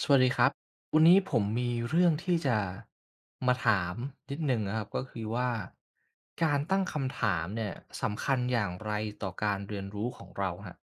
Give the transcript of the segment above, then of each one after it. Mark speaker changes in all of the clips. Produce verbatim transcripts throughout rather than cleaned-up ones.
Speaker 1: สวัสดีครับวันนี้ผมมีเรื่องที่จะมาถามนิดหนึ่งนะครับก็คือว่าการตั้งคำถามเนี่ยสำคัญอย่างไรต่อการเรียนรู้ของเราฮะ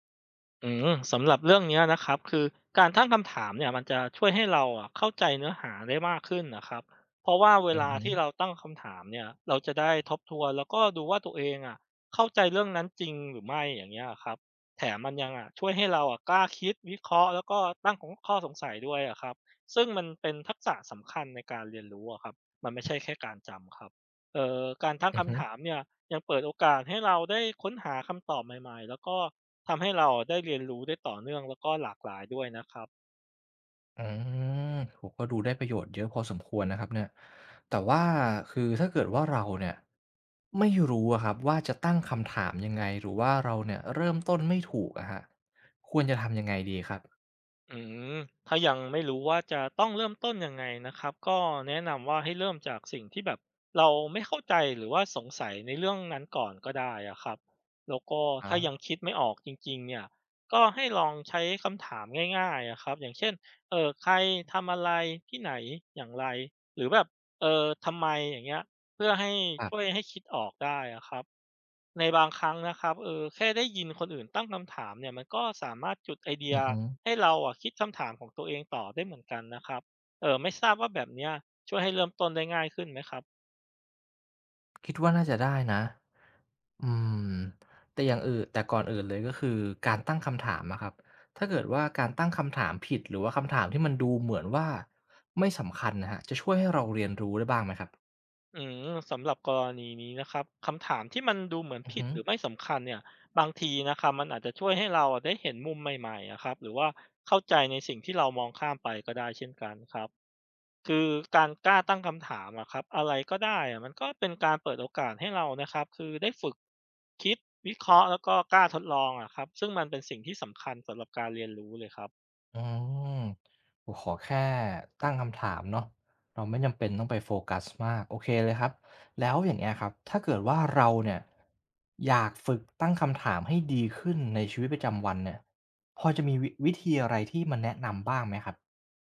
Speaker 2: อืมสำหรับเรื่องเนี้ยนะครับคือการตั้งคำถามเนี่ยมันจะช่วยให้เราอะเข้าใจเนื้อหาได้มากขึ้นนะครับเพราะว่าเว
Speaker 1: อือ
Speaker 2: ลา
Speaker 1: ฮึ
Speaker 2: ที่เราตั้งคำถามเนี่ยเราจะได้ทบทวนแล้วก็ดูว่าตัวเองอะเข้าใจเรื่องนั้นจริงหรือไม่อย่างเงี้ยครับแถมมันยังอะช่วยให้เราอะกล้าคิดวิเคราะห์แล้วก็ตั้งของข้อสงสัยด้วยอะครับซึ่งมันเป็นทักษะสำคัญในการเรียนรู้อะครับมันไม่ใช่แค่การจำครับเอ่อการตั้ง
Speaker 1: อือฮึ
Speaker 2: คำถามเนี่ยยังเปิดโอกาสให้เราได้ค้นหาคำตอบใหม่ๆแล้วก็ ทำให้เราได้เรียนรู้ได้ต่อเนื่องแล้วก็หลากหลายด้วยนะครับ
Speaker 1: อืมโอ้โฮก็ดูได้ประโยชน์เยอะพอสมควรนะครับเนี่ยแต่ว่าคือถ้าเกิดว่าเราเนี่ยไม่รู้อะครับว่าจะตั้งคำถามยังไงหรือว่าเราเนี่ยเริ่มต้นไม่ถูกอะครับควรจะทำยังไงดีครับ
Speaker 2: อืมถ้ายังไม่รู้ว่าจะต้องเริ่มต้นยังไงนะครับก็แนะนำว่าให้เริ่มจากสิ่งที่แบบเราไม่เข้าใจหรือว่าสงสัยในเรื่องนั้นก่อนก็ได้อะครับแล้วก็
Speaker 1: อ๋อ
Speaker 2: ถ้ายังคิดไม่ออกจริงๆเนี่ยก็ให้ลองใช้คำถามง่ายๆอะครับอย่างเช่นเออใครทำอะไรที่ไหนอย่างไรหรือแบบเออทำไมอย่างเงี้ยเพื่อให้
Speaker 1: ครั
Speaker 2: ช่วย
Speaker 1: บ
Speaker 2: ให้คิดออกได้อะครับ ในบางครั้งนะครับเออแค่ได้ยินคนอื่นตั้งคำถามเนี่ยมันก็สามารถจุดไอเดีย
Speaker 1: อือฮึ
Speaker 2: ให้เราอะคิดคำถามของตัวเองต่อได้เหมือนกันนะครับเออไม่ทราบว่าแบบเนี้ยช่วยให้เริ่มต้นได้ง่ายขึ้นไหมครับ
Speaker 1: คิดว่าน่าจะได้นะ อืมแต่อย่างอื่นแต่ก่อนอื่นเลยก็คือการตั้งคำถามอะครับถ้าเกิดว่าการตั้งคำถามผิดหรือว่าคำถามที่มันดูเหมือนว่าไม่สำคัญนะฮะจะช่วยให้เราเรียนรู้ได้บ้างไหมครับ
Speaker 2: อืมสำหรับกรณีนี้นะครับคำถามที่มันดูเหมือน
Speaker 1: อือ
Speaker 2: ผิด
Speaker 1: ฮึ
Speaker 2: หรือไม่สำคัญเนี่ยบางทีนะครับมันอาจจะช่วยให้เราอะได้เห็นมุมใหม่ๆอะครับหรือว่าเข้าใจในสิ่งที่เรามองข้ามไปก็ได้เช่นกันครับ คือการกล้าตั้งคำถามอะครับอะไรก็ได้อะมันก็เป็นการเปิดโอกาสให้เรานะครับคือได้ฝึกคิดวิเคราะห์แล้วก็กล้าทดลองอะครับซึ่งมันเป็นสิ่งที่สำคัญสำหรับการเรียนรู้เลยครับ
Speaker 1: อืมโอ้ขอแค่ตั้งคำถามเนาะเราไม่จำเป็นต้องไปโฟกัสมากโอเคเลยครับแล้วอย่างเงี้ยครับถ้าเกิดว่าเราเนี่ยอยากฝึกตั้งคำถามให้ดีขึ้นในชีวิตประจำวันเนี่ยพอจะมีวิวิธีอะไรที่มนแนะนำบ้างไหมครับ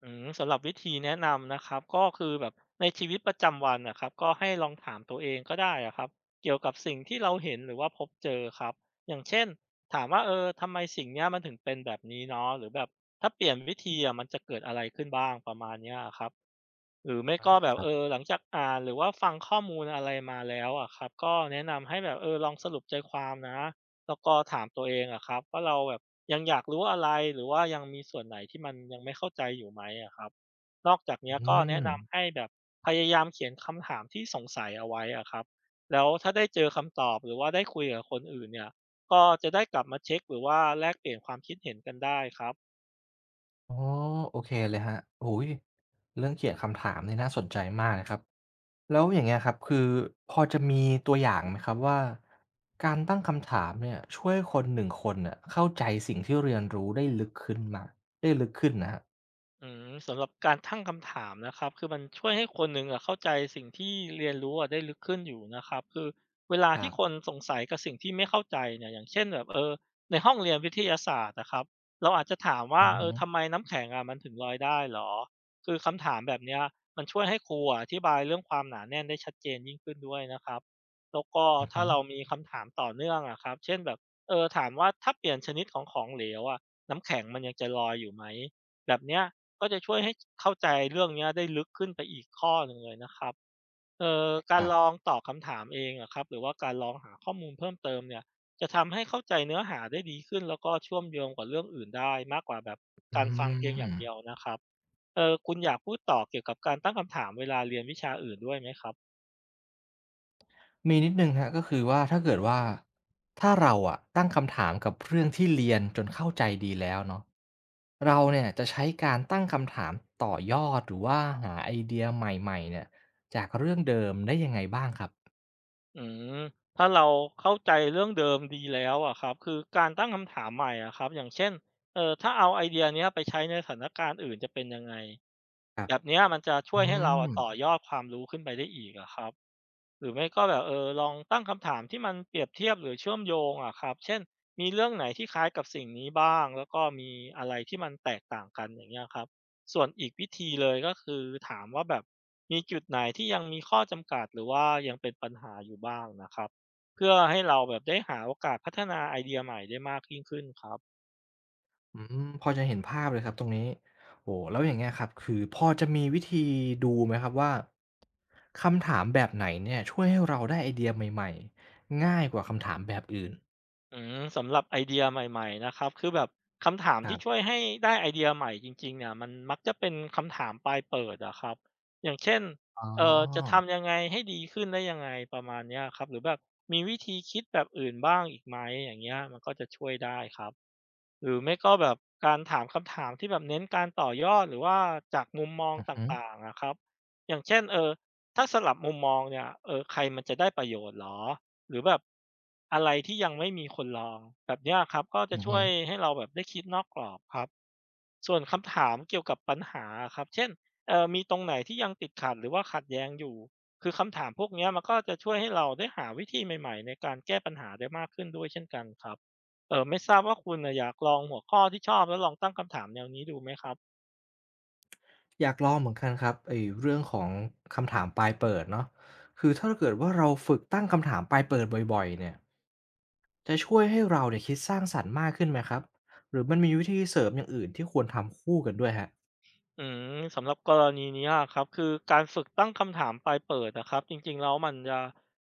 Speaker 2: อืมสำหรับวิธีแนะนำนะครับก็คือแบบในชีวิตประจำวันอะครับก็ให้ลองถามตัวเองก็ได้อะครับเกี่ยวกับสิ่งที่เราเห็นหรือว่าพบเจอครับอย่างเช่นถามว่าเออทำไมสิ่งเนี้ยมันถึงเป็นแบบนี้เนาะหรือแบบถ้าเปลี่ยนวิธีอะมันจะเกิดอะไรขึ้นบ้างประมาณเนี้ยอะครับ หรือไม่
Speaker 1: อา
Speaker 2: ก็แบ
Speaker 1: ค
Speaker 2: บ
Speaker 1: รั
Speaker 2: เอ
Speaker 1: บ
Speaker 2: อหลังจากอ่านหรือว่าฟังข้อมูลอะไรมาแล้วอะครับก็แนะนำให้แบบเออลองสรุปใจความนะแล้วก็ถามตัวเองอะครับว่าเราแบบยังอยากรู้อะไรหรือว่ายังมีส่วนไหนที่มันยังไม่เข้าใจอยู่ไหมอะครับนอกจากเนี้ย
Speaker 1: อื
Speaker 2: ก็แนะ
Speaker 1: ม
Speaker 2: นำให้แบบพยายามเขียนคำถามที่สงสัยเอาไว้อะครับแล้วถ้าได้เจอคำตอบหรือว่าได้คุยกับคนอื่นเนี่ยก็จะได้กลับมาเช็คหรือว่าแลกเปลี่ยนความคิดเห็นกันได้ครับ
Speaker 1: อ๋อโอเคเลยครับโอ้โฮเรื่องเขียนคำถามนี่น่าสนใจมากนะครับแล้วอย่างเงี้ยครับคือพอจะมีตัวอย่างไหมครับว่าการตั้งคำถามเนี่ยช่วยคนหนึ่งคนน่ะเข้าใจสิ่งที่เรียนรู้ได้ลึกขึ้นมาได้ลึกขึ้นนะครับ
Speaker 2: อืมสำหรับการตั้งคำถามนะครับคือมันช่วยให้คนหนึ่งอะเข้าใจสิ่งที่เรียนรู้อะได้ลึกขึ้นอยู่นะครับคือเวลา
Speaker 1: ครั
Speaker 2: ที่
Speaker 1: บ
Speaker 2: คนสงสัยกับสิ่งที่ไม่เข้าใจเนี่ยอย่างเช่นแบบ ในห้องเรียนวิทยาศาสตร์นะครับเราอาจจะถาม
Speaker 1: อื
Speaker 2: ว่า
Speaker 1: อ
Speaker 2: เอ
Speaker 1: ฮึ
Speaker 2: อทำไมน้ำแข็งอะมันถึงลอยได้เหรอคือคำถามแบบเนี้ยมันช่วยให้ครูออธิบายเรื่องความหนาแน่นได้ชัดเจนยิ่งขึ้นด้วยนะครับแล้วก็
Speaker 1: อือ
Speaker 2: ถ้า
Speaker 1: ฮึ
Speaker 2: เรามีคำถามต่อเนื่องอะครับเช่นแบบเออถามว่าถ้าเปลี่ยนชนิดของของเหลวอะน้ำแข็งมันยังจะลอยอยู่ไหมแบบเนี้ยก็จะช่วยให้เข้าใจเรื่องเนี้ยได้ลึกขึ้นไปอีกข้อหนึ่งเลยนะครับ เอ่อกา
Speaker 1: ค
Speaker 2: ร
Speaker 1: รั
Speaker 2: ลอ
Speaker 1: บ
Speaker 2: งตอบคำถามเองอะครับหรือว่าการลองหาข้อมูลเพิ่มเติมเนี่ยจะทำให้เข้าใจเนื้อหาได้ดีขึ้นแล้วก็เชื่อมโยงกับเรื่องอื่นได้มากกว่าแบบ
Speaker 1: อื
Speaker 2: การฟังเพียงอ
Speaker 1: ม
Speaker 2: ย่างเดียวนะครับเอ่อคุณอยากพูดต่อเกี่ยวกับการตั้งคำถามเวลาเรียนวิชาอื่นด้วยไหมครับ
Speaker 1: มีนิดหนึ่งครับก็คือว่าถ้าเกิดว่าถ้าเราอะตั้งคำถามกับเรื่องที่เรียนจนเข้าใจดีแล้วเนาะเราเนี่ยจะใช้การตั้งคำถามต่อยอดหรือว่าหาไอเดียใหม่ๆเนี่ยจากเรื่องเดิมได้ยังไงบ้างครับ
Speaker 2: อืมถ้าเราเข้าใจเรื่องเดิมดีแล้วอะครับคือการตั้งคำถามใหม่อะครับอย่างเช่นเอ่อถ้าเอาไอเดียเนี้ยไปใช้ในสถานการณ์อื่นจะเป็นยังไง
Speaker 1: ครับ
Speaker 2: แบบเนี้ยมันจะช่
Speaker 1: อื
Speaker 2: วยให้เรา
Speaker 1: ม
Speaker 2: อะต่อยอดความรู้ขึ้นไปได้อีกอะครับ หรือไม่ก็แบบเออลองตั้งคำถามที่มันเปรียบเทียบหรือเชื่อมโยงอะครับเช่นมีเรื่องไหนที่คล้ายกับสิ่งนี้บ้างแล้วก็มีอะไรที่มันแตกต่างกันอย่างเงี้ยครับส่วนอีกวิธีเลยก็คือถามว่าแบบมีจุดไหนที่ยังมีข้อจำกัดหรือว่ายังเป็นปัญหาอยู่บ้างนะครับเพื่อให้เราแบบได้หาโอกาสพัฒนาไอเดียใหม่ได้มากยิ่งขึ้นครับ
Speaker 1: อืมพอจะเห็นภาพเลยครับตรงนี้โอ้แล้วอย่างเงี้ยครับคือพอจะมีวิธีดูไหมครับว่าคำถามแบบไหนเนี่ยช่วยให้เราได้ไอเดียใหม่ๆง่ายกว่าคำถามแบบอื่น
Speaker 2: อืมสำหรับไอเดียใหม่ๆนะครับคือแบบคำถาม
Speaker 1: ครั
Speaker 2: ที่ช่วย
Speaker 1: บ
Speaker 2: ให้ได้ไอเดียใหม่จริงๆเนี่ยมันมักจะเป็นคำถามปลายเปิดอะครับอย่างเช่น
Speaker 1: อ๋อ
Speaker 2: เอ่อจะทำยังไงให้ดีขึ้นได้ยังไงประมาณเนี้ยครับหรือแบบมีวิธีคิดแบบอื่นบ้างอีกไหมอย่างเงี้ยมันก็จะช่วยได้ครับ หรือไม่ก็แบบการถามคำถามที่แบบเน้นการต่อยอดหรือว่าจากมุมมองต่างๆอะครับอย่างเช่นเออถ้าสลับมุมมองเนี่ยเออใครมันจะได้ประโยชน์หรอหรือแบบอะไรที่ยังไม่มีคนลองแบบเนี้ยครับก็จะ
Speaker 1: อือ
Speaker 2: ช่ว
Speaker 1: ฮึ
Speaker 2: ยให้เราแบบได้คิดนอกกรอบครับ ส่วนคำถามเกี่ยวกับปัญหาอะครับเช่นเอ่อมีตรงไหนที่ยังติดขัดหรือว่าขัดแย้งอยู่คือคำถามพวกเนี้ยมันก็จะช่วยให้เราได้หาวิธีใหม่ๆในการแก้ปัญหาได้มากขึ้นด้วยเช่นกันครับเอ่อไม่ทราบว่าคุณน่ะอยากลองหัวข้อที่ชอบแล้วลองตั้งคำถามแนวนี้ดูไหมครับ
Speaker 1: อยากลองเหมือนกันครับไอ้เรื่องของคำถามปลายเปิดเนาะคือถ้าเกิดว่าเราฝึกตั้งคำถามปลายเปิดบ่อยๆเนี่ยจะช่วยให้เราเนี่ยคิดสร้างสรรค์มากขึ้นไหมครับหรือมันมีวิธีเสริมอย่างอื่นที่ควรทำคู่กันด้วยฮะ
Speaker 2: อืมสำหรับกรณีนี้อะครับคือการฝึกตั้งคำถามปลายเปิดอะครับจริงๆแล้วมันจะ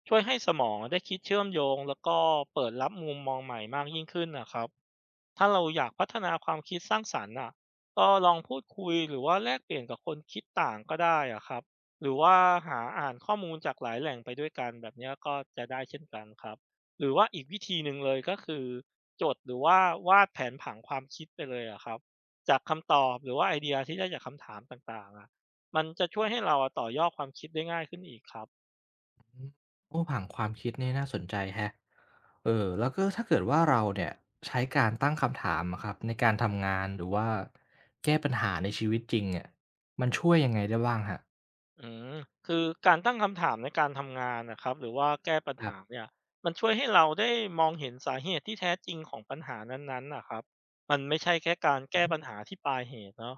Speaker 2: ช่วยให้สมองได้คิดเชื่อมโยงแล้วก็เปิดรับมุมมองใหม่มากยิ่งขึ้นน่ะครับ ถ้าเราอยากพัฒนาความคิดสร้างสรรค์น่ะก็ลองพูดคุยหรือว่าแลกเปลี่ยนกับคนคิดต่างก็ได้อะครับหรือว่าหาอ่านข้อมูลจากหลายแหล่งไปด้วยกันแบบเนี้ยก็จะได้เช่นกันครับหรือว่าอีกวิธีหนึ่งเลยก็คือจดหรือว่าวาดแผนผังความคิดไปเลยอะครับจากคำตอบหรือว่าไอเดียที่ได้จากคำถามต่างๆอะมันจะช่วยให้เราอะต่อยอดความคิดได้ง่ายขึ้นอีกครับ
Speaker 1: โอ้ผังความคิดนี่น่าสนใจแฮัเออแล้วก็ถ้าเกิดว่าเราเนี่ยใช้การตั้งคำถามอะครับในการทำงานหรือว่าแก้ปัญหาในชีวิตจริงอะมันช่วยยังไงได้บ้างฮะ
Speaker 2: อืมคือการตั้งคำถามในการทำงานนะครับหรือว่าแก้ปัญ
Speaker 1: ครั
Speaker 2: หา
Speaker 1: บ
Speaker 2: เนี่ยมันช่วยให้เราได้มองเห็นสาเหตุที่แท้จริงของปัญหานั้นๆนะครับมันไม่ใช่แค่การ
Speaker 1: อื
Speaker 2: แก้
Speaker 1: ม
Speaker 2: ปัญหาที่ปลายเหตุเนาะ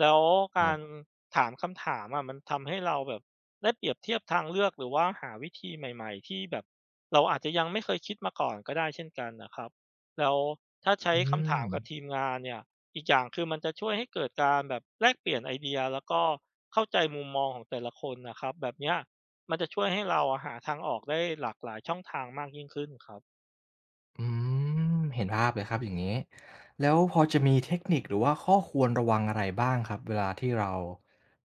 Speaker 2: แล้ว
Speaker 1: ค
Speaker 2: กา
Speaker 1: รั
Speaker 2: ร
Speaker 1: บ
Speaker 2: ถามคำถามอ่ะมันทำให้เราแบบได้เปรียบเทียบทางเลือกหรือว่าหาวิธีใหม่ๆที่แบบเราอาจจะยังไม่เคยคิดมาก่อนก็ได้เช่นกันนะครับแล้วถ้าใช้
Speaker 1: อื
Speaker 2: คำ
Speaker 1: ม
Speaker 2: ถามกับทีมงานเนี่ย อีกอย่างคือมันจะช่วยให้เกิดการแบบแลกเปลี่ยนไอเดียแล้วก็เข้าใจมุมมองของแต่ละคนนะครับแบบเนี้ยมันจะช่วยให้เราอะหาทางออกได้หลากหลายช่องทางมากยิ่งขึ้นครับ
Speaker 1: อืมเห็นภาพเลยครับอย่างนี้แล้วพอจะมีเทคนิคหรือว่าข้อควรระวังอะไรบ้างครับเวลาที่เรา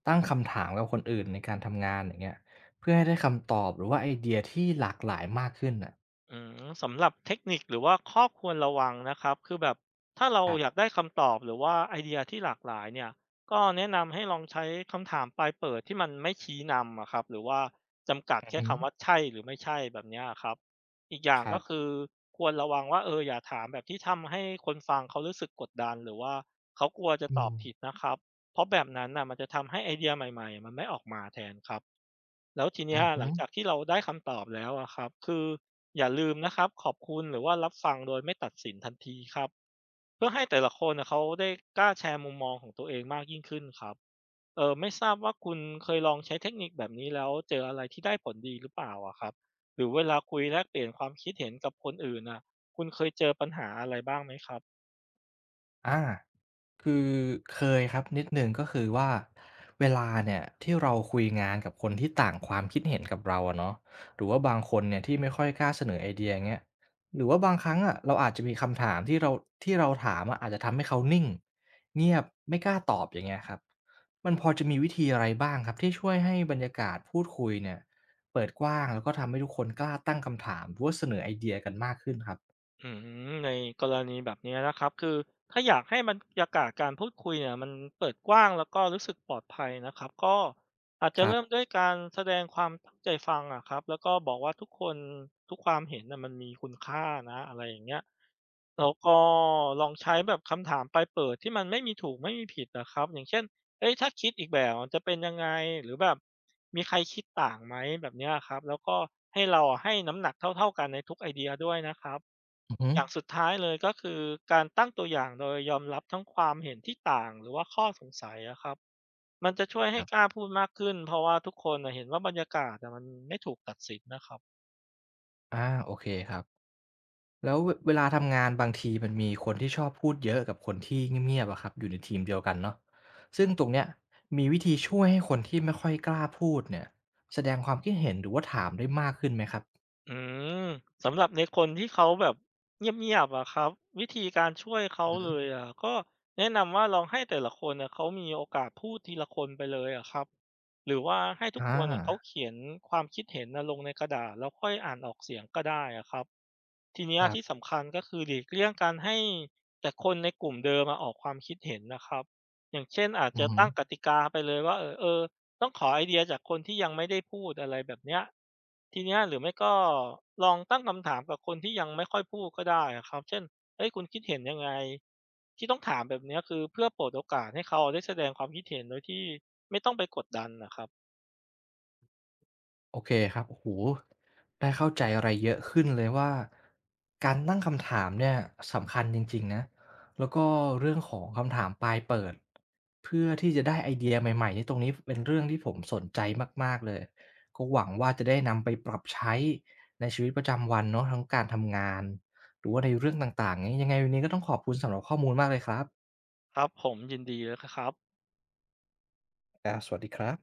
Speaker 1: ตั้งคำถามกับคนอื่นในการทำงานอย่างเงี้ยเพื่อให้ได้คำตอบหรือว่าไอเดียที่หลากหลายมากขึ้นน่ะ
Speaker 2: อืมสำหรับเทคนิคหรือว่าข้อควรระวังนะครับคือแบบถ้าเรา
Speaker 1: ครับ
Speaker 2: อยากได้คำตอบหรือว่าไอเดียที่หลากหลายเนี่ยก็แนะนำให้ลองใช้คำถามปลายเปิดที่มันไม่ชี้นำอะครับหรือว่าจำกัด
Speaker 1: อือ
Speaker 2: แค่
Speaker 1: ฮึ
Speaker 2: คำว่าใช่หรือไม่ใช่แบบเนี้ยครับอีกอย่าง
Speaker 1: ครั
Speaker 2: ก็
Speaker 1: บ
Speaker 2: คือควรระวังว่าเอออย่าถามแบบที่ทำให้คนฟังเขารู้สึกกดดันหรือว่าเขากลัวจะ
Speaker 1: อื
Speaker 2: ตอบ
Speaker 1: ม
Speaker 2: ผิดนะครับเพราะแบบนั้นน่ะมันจะทำให้ไอเดียใหม่ๆมันไม่ออกมาแทนครับ แล้วทีเนี้
Speaker 1: อื
Speaker 2: ย
Speaker 1: อ
Speaker 2: ห
Speaker 1: ฮึ
Speaker 2: ลังจากที่เราได้คำตอบแล้วอะครับคืออย่าลืมนะครับขอบคุณหรือว่ารับฟังโดยไม่ตัดสินทันทีครับเพื่อให้แต่ละคนน่ะเขาได้กล้าแชร์มุมมองของตัวเองมากยิ่งขึ้นครับเอ่อไม่ทราบว่าคุณเคยลองใช้เทคนิคแบบนี้แล้วเจออะไรที่ได้ผลดีหรือเปล่าอะครับหรือเวลาคุยแลกเปลี่ยนความคิดเห็นกับคนอื่นน่ะคุณเคยเจอปัญหาอะไรบ้างไหมครับ
Speaker 1: อา คือเคยครับนิดหนึ่งก็คือว่าเวลาเนี่ยที่เราคุยงานกับคนที่ต่างความคิดเห็นกับเราอะเนาะหรือว่าบางคนเนี่ยที่ไม่ค่อยกล้าเสนอไอเดียอย่างเงี้ยหรือว่าบางครั้งอะเราอาจจะมีคำถามที่เราที่เราถามอะอาจจะทำให้เขานิ่งเงียบไม่กล้าตอบอย่างเงี้ยครับมันพอจะมีวิธีอะไรบ้างครับที่ช่วยให้บรรยากาศพูดคุยเนี่ยเปิดกว้างแล้วก็ทำให้ทุกคนกล้าตั้งคำถามหรือว่าเสนอไอเดียกันมากขึ้นครับ
Speaker 2: อืมในกรณีแบบนี้นะครับคือถ้าอยากให้บรรยากาศการพูดคุยเนี่ยมันเปิดกว้างแล้วก็รู้สึกปลอดภัยนะครับก็อาจ
Speaker 1: ค
Speaker 2: จะ
Speaker 1: รับ
Speaker 2: เริ่มด้วยการแสดงความตั้งใจฟังอะครับแล้วก็บอกว่าทุกคนทุกความเห็นน่ะมันมีคุณค่านะอะไรอย่างเงี้ยแล้วก็ลองใช้แบบคำถามปลายเปิดที่มันไม่มีถูกไม่มีผิดนะครับอย่างเช่นเอ้ยถ้าคิดอีกแบบมันจะเป็นยังไงหรือแบบมีใครคิดต่างไหมแบบเนี้ยครับแล้วก็ให้เราอะให้น้ำหนักเท่าๆกันในทุกไอเดียด้วยนะครับ
Speaker 1: อือฮึ
Speaker 2: อย่างสุดท้ายเลยก็คือการตั้งตัวอย่างโดยยอมรับทั้งความเห็นที่ต่างหรือว่าข้อสงสัยอะครับมันจะช่วย
Speaker 1: ค
Speaker 2: ให้
Speaker 1: รั
Speaker 2: กล้า
Speaker 1: บ
Speaker 2: พูดมากขึ้นเพราะว่าทุกคนน่ะเห็นว่าบรรยากาศอะมันไม่ถูกตัดสินนะครับ
Speaker 1: อาโอเคครับ แล้วเวเวลาทำงานบางทีมันมีคนที่ชอบพูดเยอะกับคนที่เงียบๆอะครับอยู่ในทีมเดียวกันเนาะซึ่งตรงเนี้ยมีวิธีช่วยให้คนที่ไม่ค่อยกล้าพูดเนี่ยแสดงความคิดเห็นหรือว่าถามได้มากขึ้นไหมครับ
Speaker 2: อืมสำหรับในคนที่เขาแบบเงียบๆอะครับวิธีการช่วยเขา
Speaker 1: อืม
Speaker 2: เลย
Speaker 1: อ
Speaker 2: อะก็แนะนำว่าลองให้แต่ละคนเนี่ยเขามีโอกาสพูดทีละคนไปเลยอะครับหรือว่าให้ทุกคนอะเขา
Speaker 1: า
Speaker 2: เขียนความคิดเห็นนะลงในกระดาษแล้วค่อยอ่านออกเสียงก็ได้อะครับ ทีเนี้ย
Speaker 1: ครับ
Speaker 2: ที่สำคัญก็คือหลีกเลี่ยงการให้แต่คนในกลุ่มเดิมมาออกความคิดเห็นนะครับอย่างเช่นอาจ
Speaker 1: อื
Speaker 2: จะ
Speaker 1: อ
Speaker 2: ตั้งกติกาไปเลยว่าเออเออต้องขอไอเดียจากคนที่ยังไม่ได้พูดอะไรแบบเนี้ยทีเนี้ยหรือไม่ก็ลองตั้งคำถามกับคนที่ยังไม่ค่อยพูดก็ได้อะครับเช่นเฮ้ยคุณคิดเห็นยังไงที่ต้องถามแบบเนี้ยคือเพื่อเปิดโอกาสให้เขาได้แสดงความคิดเห็นโดยที่ไม่ต้องไปกดดันนะครับ
Speaker 1: โอเคครับโอ้โหได้เข้าใจอะไรเยอะขึ้นเลยว่าการตั้งคำถามเนี่ยสำคัญจริงๆนะแล้วก็เรื่องของคำถามปลายเปิดเพื่อที่จะได้ไอเดียใหม่ๆนี่ตรงนี้เป็นเรื่องที่ผมสนใจมากๆเลยก็หวังว่าจะได้นำไปปรับใช้ในชีวิตประจำวันเนาะทั้งการทำงานหรือว่าในเรื่องต่างๆงี้ยังไงวันนี้ก็ต้องขอบคุณสำหรับข้อมูลมากเลยครับ
Speaker 2: ครับผมยินดีเลยครับ
Speaker 1: อาสวัสดีครับ